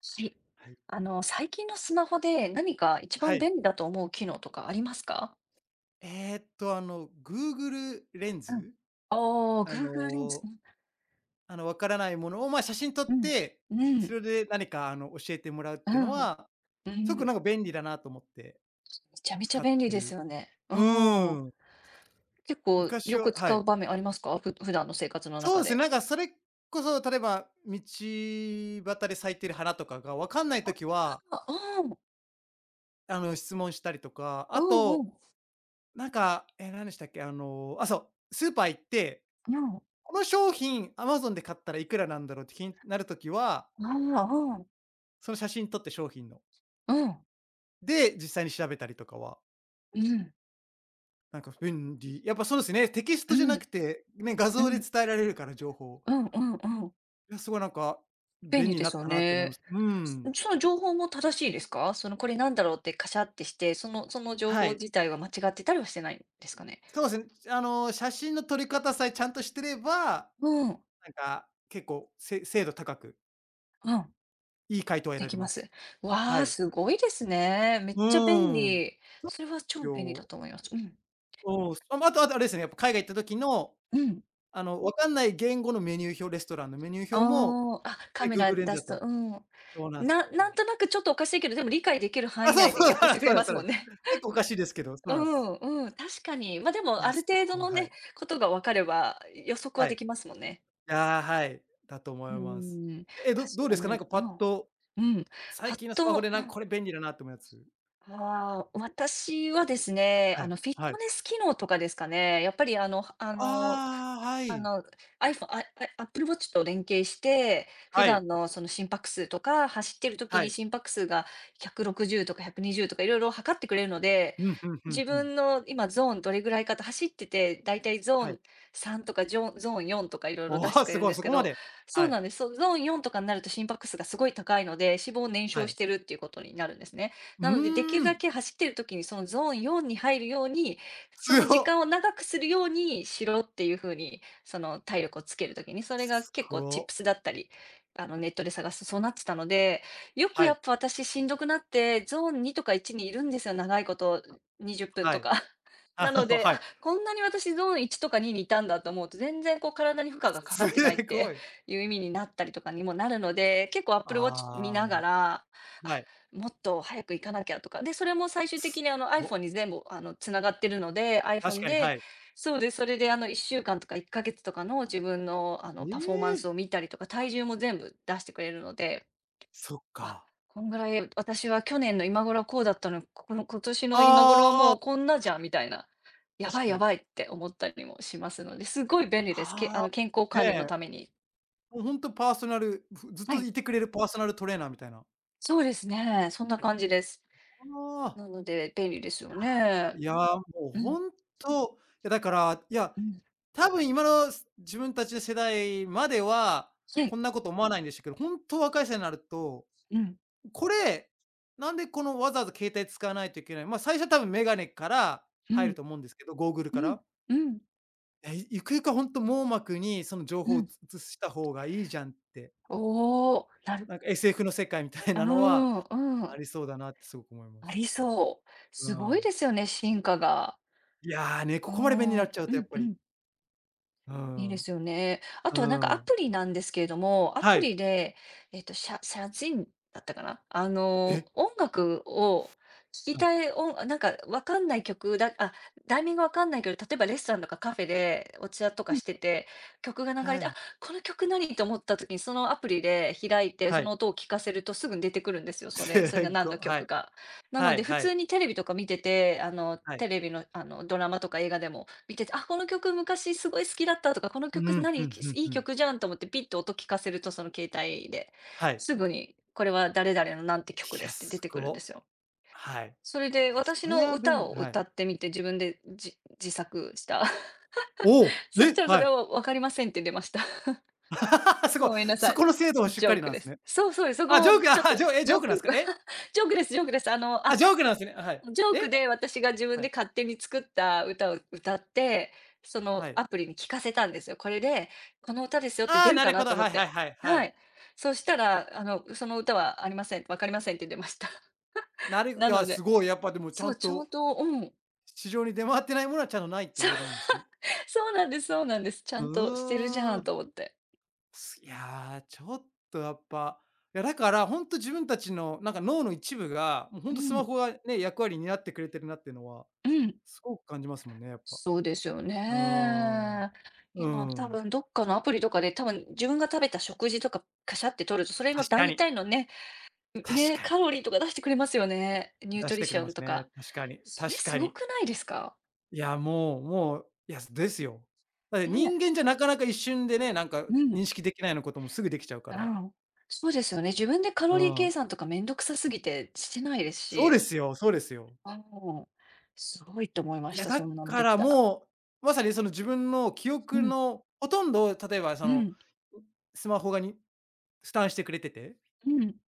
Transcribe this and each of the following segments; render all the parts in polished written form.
はい。はい。最近のスマホで何か一は番い。便利だと思う機能とかありますか？Google レンうん。ズ、あ Google レンズ。のわからないものを、まあ、写真撮っうん。て、うそん。れで何か、教えてもらうっうていうのん。は、うすごくん。なんか便利だなと思ってめちゃめちゃ使っ便利てでする。よね。ううん。ーん。結構昔よは、くは使い。う場面ありますか？普段の生活のそう中ですね、で。なんかそれこそ、例えば、道端で咲いてる花とかがわかんないときは、ああ、うん。質問したりとか、うあんうと、ん。なんか、何でしたっけ、あ、そう、スーパー行ってうん。この商品、Amazon で買ったらいくらなんだろうって気になるときは、ああ、うん。その写真撮って、商品の。うん。で、実際に調べたりとかは、うん。なんか便利。やっぱそうですね、テキスうトじゃなん。くて、ね、画う像でん。伝えられるから、情報。うんうんうん。いや、すごいなんか、便便利利にでなっすよたなって思いまね。す。うん。その情報も正しいですか？その、これなんだろうってカシャってして、その情は報い。自体は間違ってたりはしてないんですかね？そうですね、写真の撮り方さえちゃんとしてれば、うん、なんか結構精度高く、うん、いい回答は得でらきれまます。す。わはあ、い。すごいですね。めっうちゃ便ーん。利。それは超便利だよ。と思います。うん、うん、あ、あとあとあれですね、やっぱ海外行った時のうん。わかんない言語のメニュー表、レストランのメニューあ表も、あ、あ、カね、メラ Google レン出ズだすと、と。うん。そうなんすよ。なんとなくちょっとおかしいけど、でも理解できる範あ、囲そう内でそう、そ訳しうでてすくそれうでますすそうでもんす。ね。結構おかしいですけど、そ ううなんです。ん、うん、確かに。ま、でいもあや、るす程度ごい、のはね、い。ことが分かれば、予測ははい。できますもんね。いや、はい、だとう思います。ーん、え、ど確どうでかすか？なんに。かパうッん、と、うん。パ最ッ近のスマホと、でなうんん、これ便利だなと思うやつ。ああ、私はですね、はい、フィッはトい。ネス機能とかですかね。やっぱりああ、はあい。の、iPhone Apple Watch と連携して、普はい、段のその心拍数とか、走ってる時はにい。心拍数が160とか120とかいろいろ測ってくれるので、うん、ふんふん自ふん。分の今ゾーンどれぐらいかと、走っててだいたいゾーはい。ン3とかジョンゾーン4とかいろいろお出してお、くれするんごでい、すそけこまど、で。そうはない、んです。そうゾーン4とかになると心拍数がすごい高いので、脂肪を燃は焼しい。てるっていうことになるんですね。うなので、できるーだん、け走ってる時にそのゾーン4に入るように、その強時間っ。を長くするようにしろっていう風に、その体力をつける時に、それがす結構チップご。スだったり、あのネットで探すとそうなってたので、よくはやい、っぱ私しんどくなって、ゾーン2とか1にいるんですよ、長いこと、20分はとい。か。あ、なので、はあ、い。こんなに私ゾーン1とか2にいたんだと思うと、全然こう体に負荷がかかってないすってごい。いう意味になったりとかにもなるので、結構 Apple Watch 見あながあ、ら、はあ、い。もっと早く行かなきゃとか、で、それも最終的すにご、iPhone に全部繋がってるので、確 iPhone かに、はでい。そうです。それで1週間とか1ヶ月とかの自分のえパフォーマンスえ。を見たりとか、体重も全部出してくれるので、そっあ、か。こんぐらい私は去年の今頃はこうだったのに、ここの今年の今頃はあもあ、うこんなじ確ゃんかみたいな、やに、確ばいかやに。ばいって思ったりもしますので、すごい便利です。あああ、の健康管理のねたえ。めに。もうほんとパーソナル、ずっはとい、いてくれるパーソナルトレーナーみたいな。そうですね。そんな感じです。あなので便利ですよあ、ね。いや、もううん、ほんと、いやだから、いや、うん、多分今の自分たちの世代までは、はこい、んなこと思わないんでしたけど、ほんと若い世代になるとうん、これ、なんでこのわざわざ携帯使わないといけない、まあ、最初は多分メガネからう入るん、と思うんですけど、ゴーグルうかん、ら。うん、え、ゆくゆくはほんと網膜にその情報うをん。移した方がいいじゃんって、おお、なる、なんか SF の世界みたいうなのはん、うあん、りそうだなってすごく思いまあす。りそう。うすごいん。ですよね、進化が。いや、ね、こうこまで便利にん、うなんっちゃうとやっぱうり、ん、ういいでん、すよね。あとはなんうかアん。プリなんですけれども、アはプい。リで、えっと、シャジンだったかな？あえ、の、音楽を聞きはい。たい音、なんかわかんない曲だあ、題名がわかんないけど、例えばレストランとかカフェでお茶とかしてて、曲が流れて、あ、この曲何？と思った時にそのアプリで開いて、その音を聞かせるとすぐに出てくるんですよ、それが何の曲か。なのはで、い普はい、すご、はいはいはい通にテレビとか見てて、あの、はい。テレビの、あの、ドラマとか映画でも見てて、あ、この曲昔すごい好きだったとか、この曲うん、何、ふいんふんいふん。曲じゃんと思ってピッと音聞かせると、その携帯で、はい。すぐにこれは誰々のなんてい曲でや、すって出すてくるんでご。すよ。はい。それでいや、そ私れのは便歌利、をはい。歌ってみて、自分で自作した。おお、そしえ、たらそはれい。はわかりませんって出ました。す ごい。ごめんなさそい。この精度はしっジョかーりクなんでですす。ね。そうそうです。そあ、ジこョもーク、ちょっあ、とジジョョーークなんでクすか？が。 え、ジョークですジョークです。あの、あ、ジョークなんですね。はい。ジョークえ？で私が自分はでい、勝手に作った歌を歌って、そはのい。アプリに聞かせたんですよ。これで、この歌ですよってあ出あ、るなかるなほとど、思っはいはいて。はいははい。い。そしたら、あの、その歌はありません、わかりませんって出ました。いなや、のすで、ごい、やっぱでもちゃそんう、ちゃんとと、うん。市場に出回ってないものはちゃんとないとそう、言えるんですね。そうなんですそうなんです。ちゃうんとしてるじゃーんん。と思って。いやー、ちょっとやっぱ、いや、だからほんと自分たちのなんか脳の一部が、もうほうんとスマん、ホがね、役割になってくれてるなっていうのは、うん。すごく感じますもんね、やっぱ。そうですようーん。ね。う今多ん。分どっかのアプリとかで、多分自分が食べた食事とかカシャって撮ると、それの確か大に、体の確ね、かカに。ロリーとか出してくれますよね。ニュー出トしリてくシれョまンすとね。か。確かに、それ確すかごに。くないですか？いや、もうもう、いや、ですよ。だってね、人間じゃなかなか一瞬でね、なんかうん、認識できないようなこともすぐできちゃうかあら。の、そうですよね。自分でカロうリー計ん。算とかめんどくさすぎてしてないですそうでし、すよ、そうですよ。ああ、すごいと思いまいしや、た、だそんなのかできらたら。もう、まさにその自分の記う憶ん、のほとんどを、例えばそうの、ん、スマホに負担してくれてて、うん、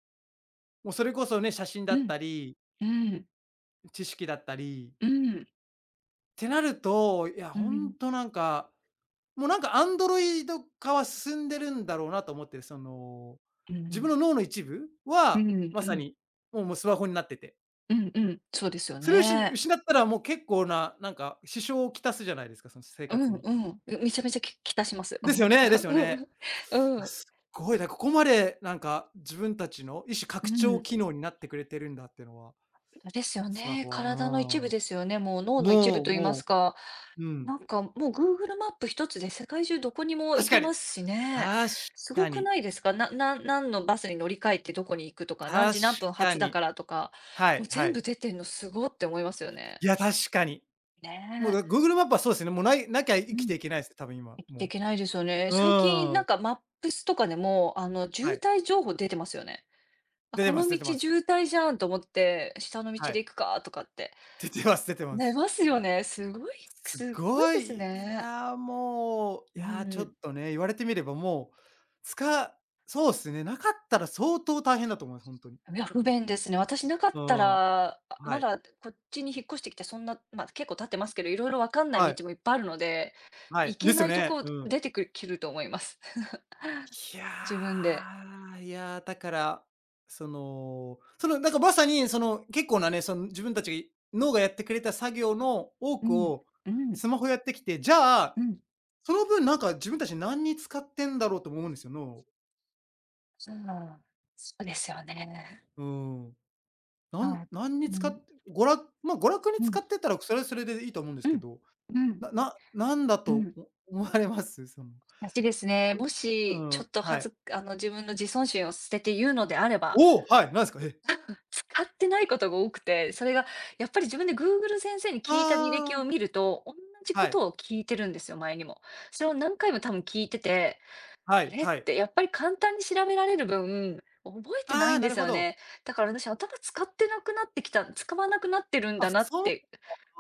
もうそれこそね、写真うだっん、たり、うん、知識だったりうん、てなると、いや、うん、ほうんん、となんか、もうなんかアンドロイド化は進んでるんだろうなと思って、その、うん、う自分ん、の脳の一部うは、まさん、に、もうもうスマホになってて。うん、うん、そうですよそれをね。失ったらもう結構な、なんか支障をきたすじゃないですか、その生う活ん、に。うん、めちゃめちゃ期待します。うですよね。ん。ういや、ん。すっごい、ここまでなんか自分たちの一種う拡張ん。機能になってくれてるんだっていうのは、ですよスマね。ホは、う体の一部ーん。ですよね。もう脳の一部もうと言いますもか。う、うん。なんかもう Google マップ一つで世界中どこにも行確けかに。ますしね。確すごかくに。ないですか？な、何のバスに乗り換えてどこに行くとか、何時確何分か発だに。からとか、はもいうは全い。部出てんのすごって思いますよね。いや、確かに。ねもう、え。Google マップはそうですね。もうなきゃう生きん。ていけないですね。多分今、生きていもけないですよね。う。う最近なーんん。かマップスとかでも、あの、は渋い。滞情報出てますよね。あ、出こてまのす道出てます。渋滞じゃんと思って、下の道はでい。行くかとかって。出てます出てま寝す。ますよね。すごい、すすっごいごですい、いね。や、もう、いうや、ちょん。っとね、言われてみればもう、つかそうっすね、なかったら相当大変だと思います、ほんとに。いや、不便ですね。私なかっうたーん。ら、あ、はまい。だこっちに引っ越してきてそんな、ま、結構経ってますけど、いろいろわかんなはいい。道もいっぱいあるので、はい。行でけすなよいとね。こうん。出てくると思います。い自分やで。だから、その、なんかまさに、その、結構なね、その、自分たちが脳がやってくれた作業の多うくん、をうん、スマホやってきて、じゃうあ、ん。その分なんか自分たち何に使ってんだろうとも思うんですよ、脳を。そう。そうですよね。うん。あ、何うに使っん、て、まあ、娯楽にうん、う使ん、ってたらそれはそれでいいと思うんですけど、うん、なななんだうとん。お思われます？その、私ですね、これ、もうしちょん、っとははい。ずあの、自分の自尊心を捨てて言うのであれば、おお、はい、なんですか？え。使ってないことが多くて、それがやっぱり自分で Google 先生にあ聞いた履歴をあ、見ると、同じこはい、とを聞いてるんですよ、前にも。それを何回も多分聞いてて、はあいれっはい。てやっぱり簡単に調べられる分、覚えてなあいあ、んなでるすほよど。ね。だから私頭使ってなくなってきた、使わなくなってるんあ、だなっそう、て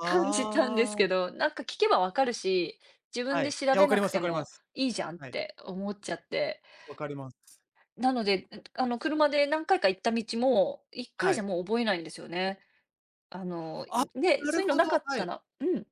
感じたんであすあ、けど、なんか聞けばわかるし、自分はい。でい調や、べわかなりくますてわかりまもす。いいじゃんっはい、て思っちゃって。わかります。なので、あの車で何回か行った道も、1回はじゃい。もう覚えないんですよね。あの、あ、ね、なそうるいうのほなど、かっはたい、らうん、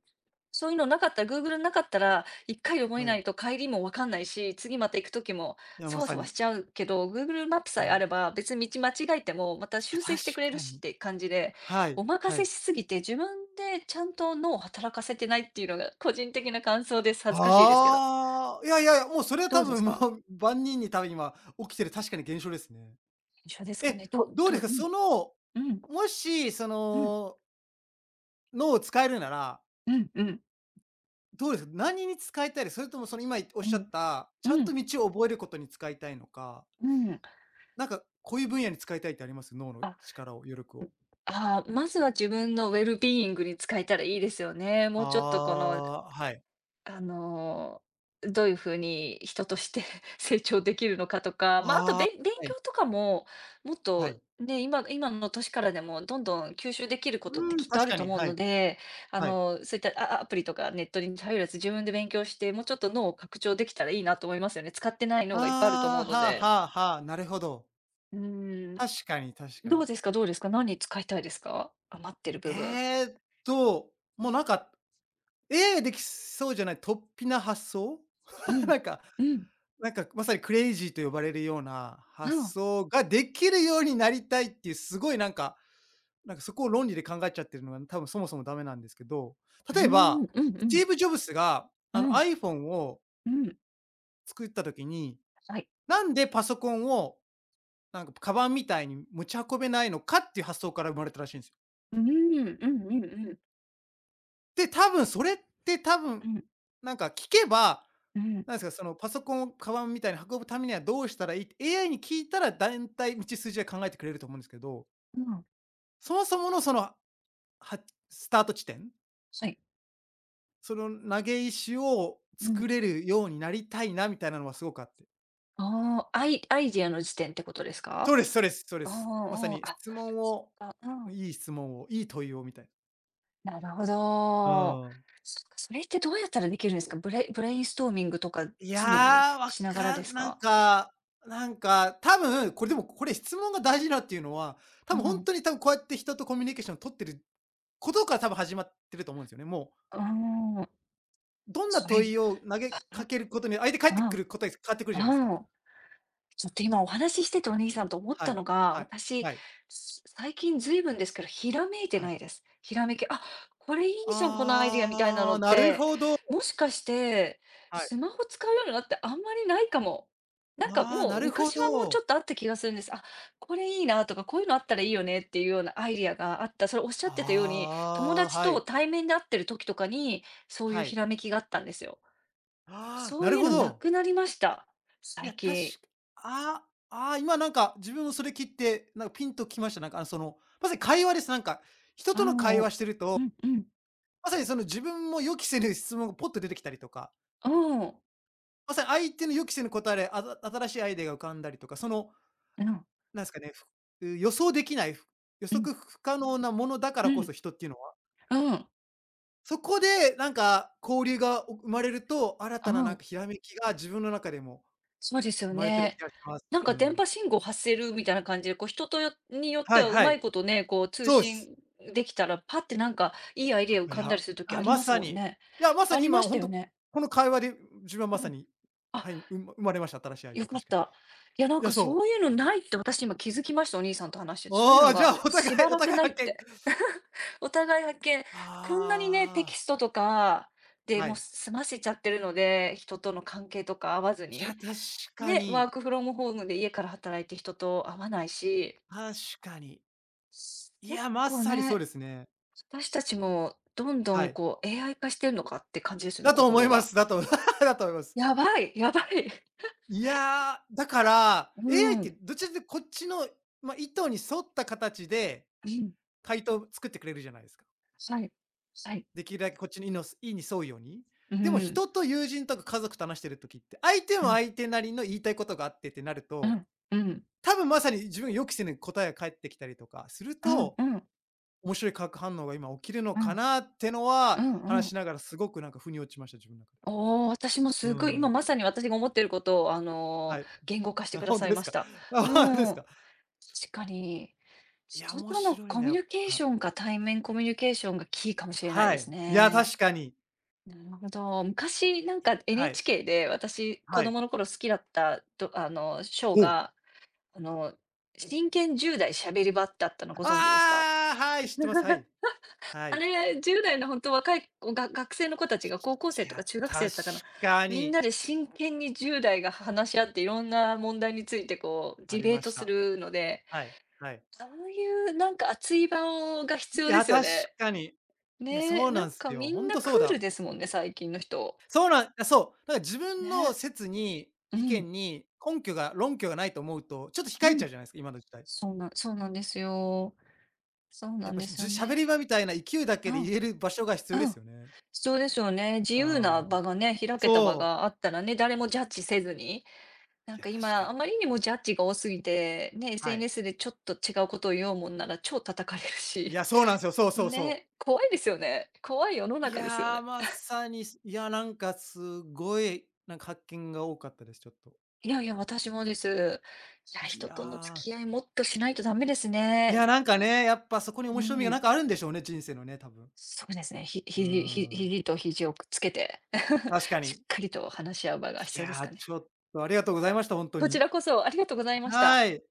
そういうのなかったら、Google なかったら、1回で覚えはない。いと帰りもわかんないし、次また行く時もいや、まそわさそわしに、ちゃうけど、Google マップさえはい。あれいば、別に道間違えても、またや、修正確してくれるかしっに。て感じで、はい、お任はせい。しすぎて、自分でちゃんと脳を働かせてないっていうのが個人的な感想です。恥ずかしいですけど。ああ、いやいやいや、もうそれはどう多です分もか？う万人に多分今起きてる確かに現象ですね。一緒ですかえ、ね。どどうでどすうか？ん、その、うん、もしそうん、の、脳を使えるなら、うん、うん、どうですか？何に使いたいです？それともその今おっうしゃん、った、ちゃんとう道を覚えることに使いたいのか、ん、うん。なんか、こういう分野に使いたいってあります？脳のあ力を、余力を。まずは自分のウェルビーイングに使えたらいいですよね。もうちょっとあこの、あ、はい。あの、どういう風に人として 成長できるのかとか、まあ、あとあべ勉あ、は強い、とかも、もっはとい。ね、今の年からでもどんどん吸収できることってうーん、きっと確あるかとに、思うはのい、で、はい。そういったアプリとかネットに頼らず自分で勉強して、もうちょっと脳を拡張できたらいいなと思いますよね。使ってない脳がいっぱいあると思うああ、のはあで。はあはあ、なるほど。うん、確かに確かどうに。ですかどうですか何に使いたいですか余ってる部分。えっと、もうなんか、ええ、できそうじゃない、突飛な発想？う ん。なんか、うん。まさにクレイジーと呼ばれるようなあ発あ、想ができるようになりたいっていう、すごいなんか、なんかそこを論理で考えちゃってるのが多分そもそもダメなんですけど、うー例えん、うば、んうスティんーブ・ジョブスがあの iPhone を作った時に、なんでパソコンをなんかカバンみたいに持ち運べないのかっていう発想から生まれたらしいんですよ。うんうんはいうーん、うんうんうん。で、多分それって多う分、ん。聞けば、うん。なんですか、そのパソコンをカバンみたいに運ぶためにはどうしたらいいって AI に聞いたらだいたい道筋は考えてくれると思うんですけど、うん。そもそものそのはスタート地点はい。その投げ石をうん。作れるようになりたいなみたいなのはすごくあって。ああ、アイディアの時点ってことですか？そうですそうですそうでああ、す。まさん。にあ、質問を、あ、うん。いい質問を、いい問いをみたいな。なるほうど。ん。そっか、それってどうやったらできるんですか？ブレインストーミングとかいや、常にわしながらかですなんか？か多分これでも、これ質問が大事だっていうのは、う多分ほんん。とに多分こうやって人とコミュニケーションを取ってることから多分始まってると思うんですよね。もうん。う、どんなそれ問いを投げかけることに、相手返ってくあ、る答え変わってくるじゃないですあか。あ。ちょっと今お話ししててお兄さんと思っはたのい、が、はい、私、はい、最近ずいぶんですけど、ひらめいてはない。いです。ひらめき、あ、これいいじゃん、このアイディアみたいなあのあ、っなるて、ほど。もしかして、はい。スマホ使うようになってあんまりないかも。なんかああ、もなうるほ昔はもうちど。ょっとあった気がするんです。あ、これいいなとか、こういうのあったらいいよねっていうようなアイディアがあった。それおっしゃってたように、友ああ、達はとい。対面で会ってる時とかに、そういうはひい。らめきがあったんですよ。ああ、そなうるいうほのなど。くなりました、い最や、確か近。あ今なんか自分もそれ聞いて、なんかピンときました。その、まさに会話です。人との会青、話してると、うんうん。まさにその自分も予期せぬ質問がポッと出てきたりとか、おまさに相手の予期せぬ答えで、あた新しいアイデアが浮かんだりとか、その、うん、うん、なんですかね、ふ予想できない、ふ予うん、測不可能なものだからこそ人っていうのはうん、そこで、交流が生まれると、新たなうひらめきが自分の中でもそうですよ生まれてる気ね。がします。なんうか電ん。波信号発せるみたいな感じで、こう人とよによってはいはうはまいい。ことね、こう通そうっす。信できたら、パッてなんかいいアイデア浮いかんだや、りする時ああ、りまますさもんに。いね。や、まさあにり今ましほたんよと、ね。この会話で自分はまうさん。に、あ、はい、う生まれました、新しいアイデよア、かっ確かに。た。いやなんいや、かそそうう。いうのないって私今気づきました、お兄さんと話してて。そういうあのあ、じゃがあお互しばいおらく互いない発っ見。て。お互い発見。こんなにね、テキあストとかあ、ではもうい。済ませちゃってるので、人との関係とか合わずいや、に。確かね、ワーに、クフロムホームで家から働いて人と会わないし、確かに。い結や、ま構さにそうね、ですね。私たちもどんどはんい。こう AI 化してるのかって感じですよね、だと思心いまが。す。だと だと思います。やばい、やばい。いやー、だから、う AI っん、てうどちらかというとこっちの、まあ、意図に沿った形でん、回答を作ってくれるじゃないですか。はい、はい。できるだけこっちのいの意に沿うように。うでもん、人と友人とか家族と話してる時って、相手うもん、相手なりの言いたいことがあってってなるうと、ん、うん、多分まさに自分が予期せぬ答えが返ってきたりとかするうん、と、うん、面白い化学反応が今起きるのうかん、なってのうは、ん、う話しん。ながらすごく腑に落ちました、自分の中で。おお、私もうすごい、ー今ん。まさに私が思ってることを、はい。言語化してく だ本さ当いでますしか。た。あ、う本当ですん、か。確かに、いや、人面との白いコな、ミやュっニケーシぱ。ョンか対面コミュニケーションがキーかもしれないはですい。いや、ね。確かに。なるほど。昔、なんか はい。NHK で私、子はい。供の頃好きだったどあの、ショーほう。が、あの、真剣10代しゃべり場ってあったのご存知ですか？ああ、はい、知ってます。はい。はあい。れ、10代の本当若い子が学生の子たちが高校生いとや、か中学生だ確ったかな、かみんに。なで真剣に10代が話し合っていろんな問題についてこうあディりベーまトしすた。るので、はい、はい。そういうなんか熱い場をが必い要でや、すよ確ね。かに。いや、ね、そうななんんすかよ。みほんんなとクそうールだ。ですもんね、最近の人。そうなんいやそう。だから自分のね、説に、う意ん、見に根拠が論拠がないと思うと、ちょっとう控えちゃん。うじゃないすか、今の時代。そうなんですよ。そうやなっんぱでしすじよゅ喋ね。り場みたいな勢いだうけでん、言える場所が必要でうん。すよね。必要ですよね。自う由なーん。場がね、開けた場そう。があったらね、誰もジャッジせずにないんや、か確か今、あに。まりにもジャッジが多すぎて、ね、はい。SNS でちょっと違うことを言おうもんなら超叩かれるいし、や、そう なんすよ。そうそうそう。ね、怖いですよね。怖い世のい中ですよやー、ね。まさに、いや、すごい、発見が多かったです、ちょっと。いやいや、私もです。いや、い人やとの付ー、き合いもっとしないとダメですいね。や、ね、やっぱそこに面う白みがん。あるんでしょうね、人生のね、多分。そうですね。ひ、うひじひん、肘と肘をくっつけて 確かしっに。かりと話し合う場がい必要ですやー、かね。ちょっとありがとうございました、本当こちに。らこそありがとうございました。はい。